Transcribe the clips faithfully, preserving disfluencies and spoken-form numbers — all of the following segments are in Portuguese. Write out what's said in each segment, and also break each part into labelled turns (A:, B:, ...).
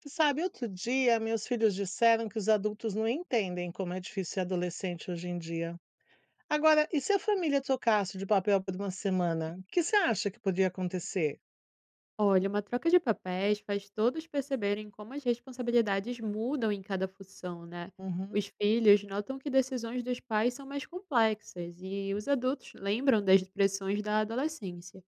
A: Tu sabe, outro dia, meus filhos disseram que os adultos não entendem como é difícil ser adolescente hoje em dia. Agora, e se a família trocasse de papel por uma semana? O que você acha que poderia acontecer?
B: Olha, uma troca de papéis faz todos perceberem como as responsabilidades mudam em cada função, né?
A: Uhum,
B: Os filhos notam que decisões dos pais são mais complexas e os adultos lembram das pressões da adolescência.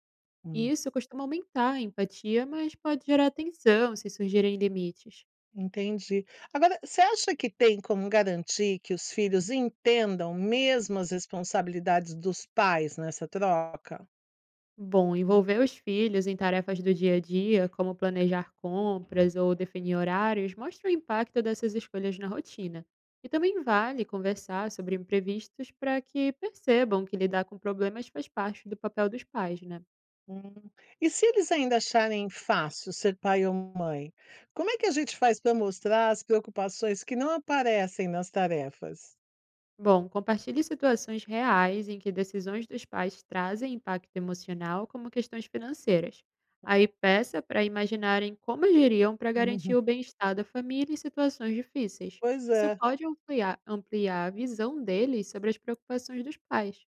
B: E
A: hum,
B: isso costuma aumentar a empatia, mas pode gerar tensão se surgirem limites.
A: entendi. Agora, você acha que tem como garantir que os filhos entendam mesmo as responsabilidades dos pais nessa troca?
B: Bom, envolver os filhos em tarefas do dia a dia, como planejar compras ou definir horários, mostra o impacto dessas escolhas na rotina. E também vale conversar sobre imprevistos para que percebam que lidar com problemas faz parte do papel dos pais, né?
A: Hum. E se eles ainda acharem fácil ser pai ou mãe, como é que a gente faz para mostrar as preocupações que não aparecem nas tarefas?
B: Bom, compartilhe situações reais em que decisões dos pais trazem impacto emocional, como questões financeiras. Aí peça para imaginarem como agiriam para garantir
A: Uhum.
B: o bem-estar da família em situações difíceis.
A: Pois
B: Isso
A: é,
B: pode ampliar, ampliar a visão deles sobre as preocupações dos pais.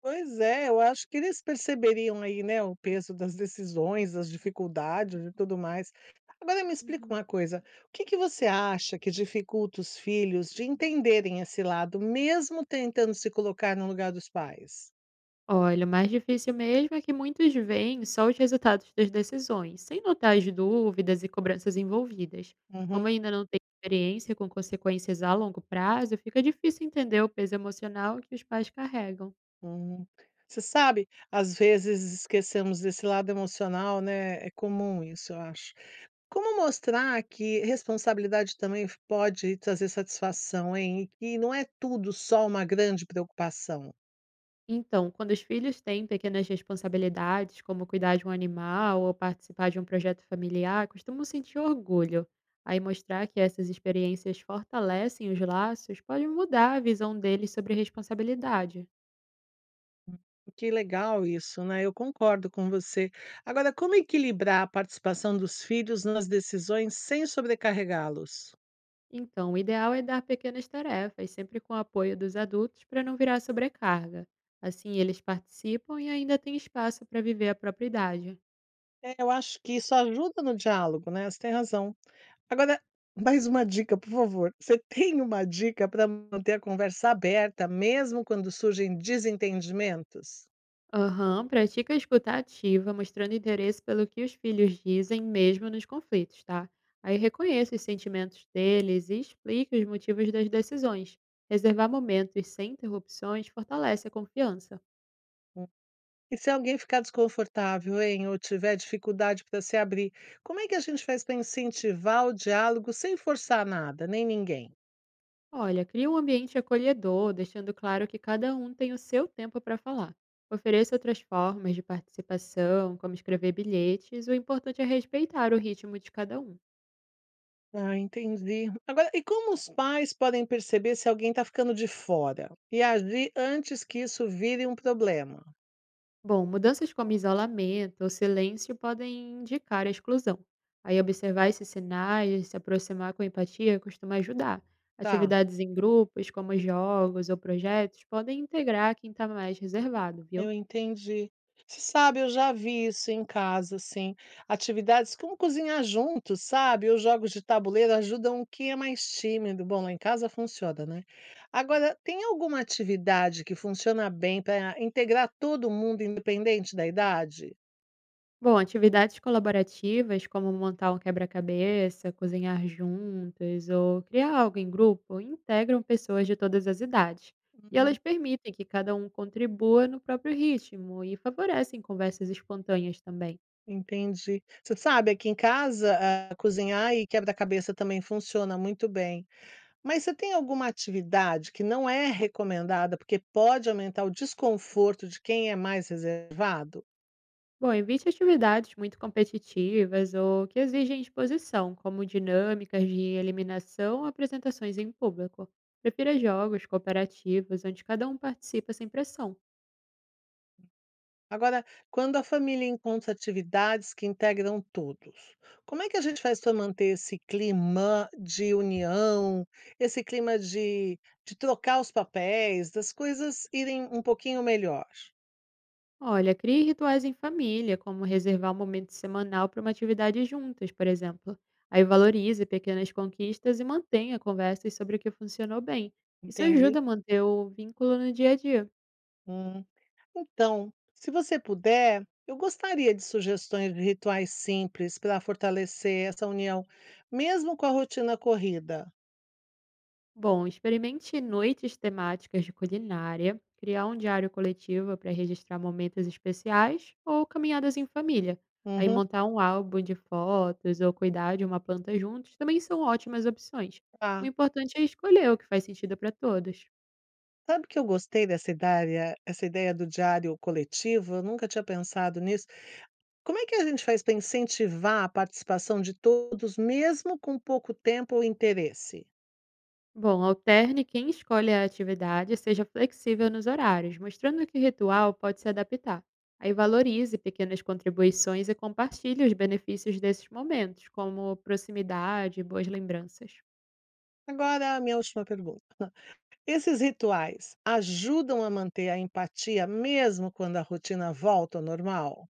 A: pois é, eu acho que eles perceberiam aí, né, o peso das decisões, das dificuldades e tudo mais. Agora me explica
B: Uhum.
A: uma coisa, o que que você acha que dificulta os filhos de entenderem esse lado, mesmo tentando se colocar no lugar dos pais?
B: Olha, o mais difícil mesmo é que muitos veem só os resultados das decisões, sem notar as dúvidas e cobranças envolvidas. Como ainda não tem experiência com consequências a longo prazo, fica difícil entender o peso emocional que os pais carregam.
A: Hum. Você sabe, às vezes esquecemos desse lado emocional, né, é comum isso, eu acho. Como mostrar que responsabilidade também f pode trazer satisfação, hein, e que não é tudo só uma grande preocupação?
B: Então, quando os filhos têm pequenas responsabilidades, como cuidar de um animal ou participar de um projeto familiar, costumam sentir orgulho. Aí mostrar que essas experiências fortalecem os laços pode mudar a visão deles sobre responsabilidade.
A: Que legal isso, né, eu concordo com você. Agora, como equilibrar a participação dos filhos nas decisões sem sobrecarregá-los?
B: Então, o ideal é dar pequenas tarefas, sempre com o apoio dos adultos, para não virar sobrecarga. Assim, eles participam e ainda têm espaço para viver a própria idade.
A: É, eu acho que isso ajuda no diálogo, né, você tem razão. Agora, mais uma dica, por favor. Você tem uma dica para manter a conversa aberta, mesmo quando surgem desentendimentos?
B: Aham, pratica a escuta ativa, mostrando interesse pelo que os filhos dizem, mesmo nos conflitos, tá? Aí reconheça os sentimentos deles e explique os motivos das decisões. Reservar momentos sem interrupções fortalece a confiança.
A: Hum. E se alguém ficar desconfortável, hein, ou tiver dificuldade para se abrir, como é que a gente faz para incentivar o diálogo sem forçar nada, nem ninguém?
B: Olha, cria um ambiente acolhedor, deixando claro que cada um tem o seu tempo para falar. Ofereça outras formas de participação, como escrever bilhetes, o importante é respeitar o ritmo de cada um.
A: Ah, entendi. Agora, e como os pais podem perceber se alguém está ficando de fora e agir antes que isso vire um problema?
B: Bom, mudanças como isolamento ou silêncio podem indicar a exclusão. Aí observar esses sinais, se aproximar com empatia costuma ajudar.
A: Tá,
B: Atividades em grupos, como jogos ou projetos, podem integrar quem está mais reservado, viu?
A: eu entendi. Você sabe, eu já vi isso em casa, assim, atividades como cozinhar juntos, sabe, ou jogos de tabuleiro ajudam quem é mais tímido. Bom, lá em casa funciona, né. Agora, tem alguma atividade que funciona bem para integrar todo mundo, independente da idade?
B: Bom, atividades colaborativas, como montar um quebra-cabeça, cozinhar juntas ou criar algo em grupo, integram pessoas de todas as idades. E elas
A: Uhum,
B: permitem que cada um contribua no próprio ritmo e favorecem conversas espontâneas também.
A: entendi. Você sabe, aqui em casa, ah, cozinhar e quebra-cabeça também funciona muito bem. Mas você tem alguma atividade que não é recomendada, porque pode aumentar o desconforto de quem é mais reservado?
B: Bom, evite atividades muito competitivas ou que exigem exposição, como dinâmicas de eliminação ou apresentações em público. Prefira jogos cooperativos onde cada um participa sem pressão.
A: Agora, quando a família encontra atividades que integram todos, como é que a gente faz para manter esse clima de união, esse clima de, de trocar os papéis, das coisas irem um pouquinho melhor?
B: Olha, crie rituais em família, como reservar um momento semanal para uma atividade juntas, por exemplo. Aí valorize pequenas conquistas e mantenha conversas sobre o que funcionou bem. Isso
A: Entendi?
B: ajuda a manter o vínculo no dia a dia.
A: Hum. Então, se você puder, eu gostaria de sugestões de rituais simples para fortalecer essa união, mesmo com a rotina corrida.
B: Bom, experimente noites temáticas de culinária, criar um diário coletivo para registrar momentos especiais ou caminhadas em família. Aí
A: Uhum,
B: montar um álbum de fotos ou cuidar de uma planta juntos também são ótimas opções. O
A: tá.
B: importante é escolher o que faz sentido para todos.
A: Sabe que eu gostei dessa ideia, essa ideia do diário coletivo? Eu nunca tinha pensado nisso. Como é que a gente faz para incentivar a participação de todos, mesmo com pouco tempo ou interesse?
B: Bom, alterne quem escolhe a atividade e seja flexível nos horários, mostrando que o ritual pode se adaptar. Aí valorize pequenas contribuições e compartilhe os benefícios desses momentos, como proximidade e boas lembranças.
A: Agora, a minha última pergunta. Esses rituais ajudam a manter a empatia mesmo quando a rotina volta ao normal?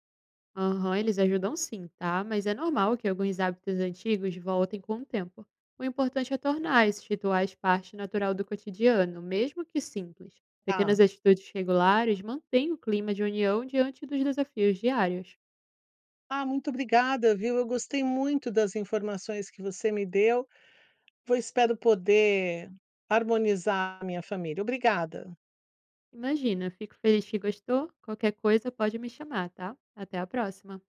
B: Aham, eles ajudam sim, tá? Mas é normal que alguns hábitos antigos voltem com o tempo. O importante é tornar esses rituais parte natural do cotidiano, mesmo que simples. Pequenas
A: Tá.
B: atitudes regulares mantêm o clima de união diante dos desafios diários.
A: Ah, muito obrigada, viu? Eu gostei muito das informações que você me deu. Vou espero poder harmonizar a minha família. Obrigada.
B: Imagina, fico feliz que gostou. Qualquer coisa pode me chamar, tá? Até a próxima.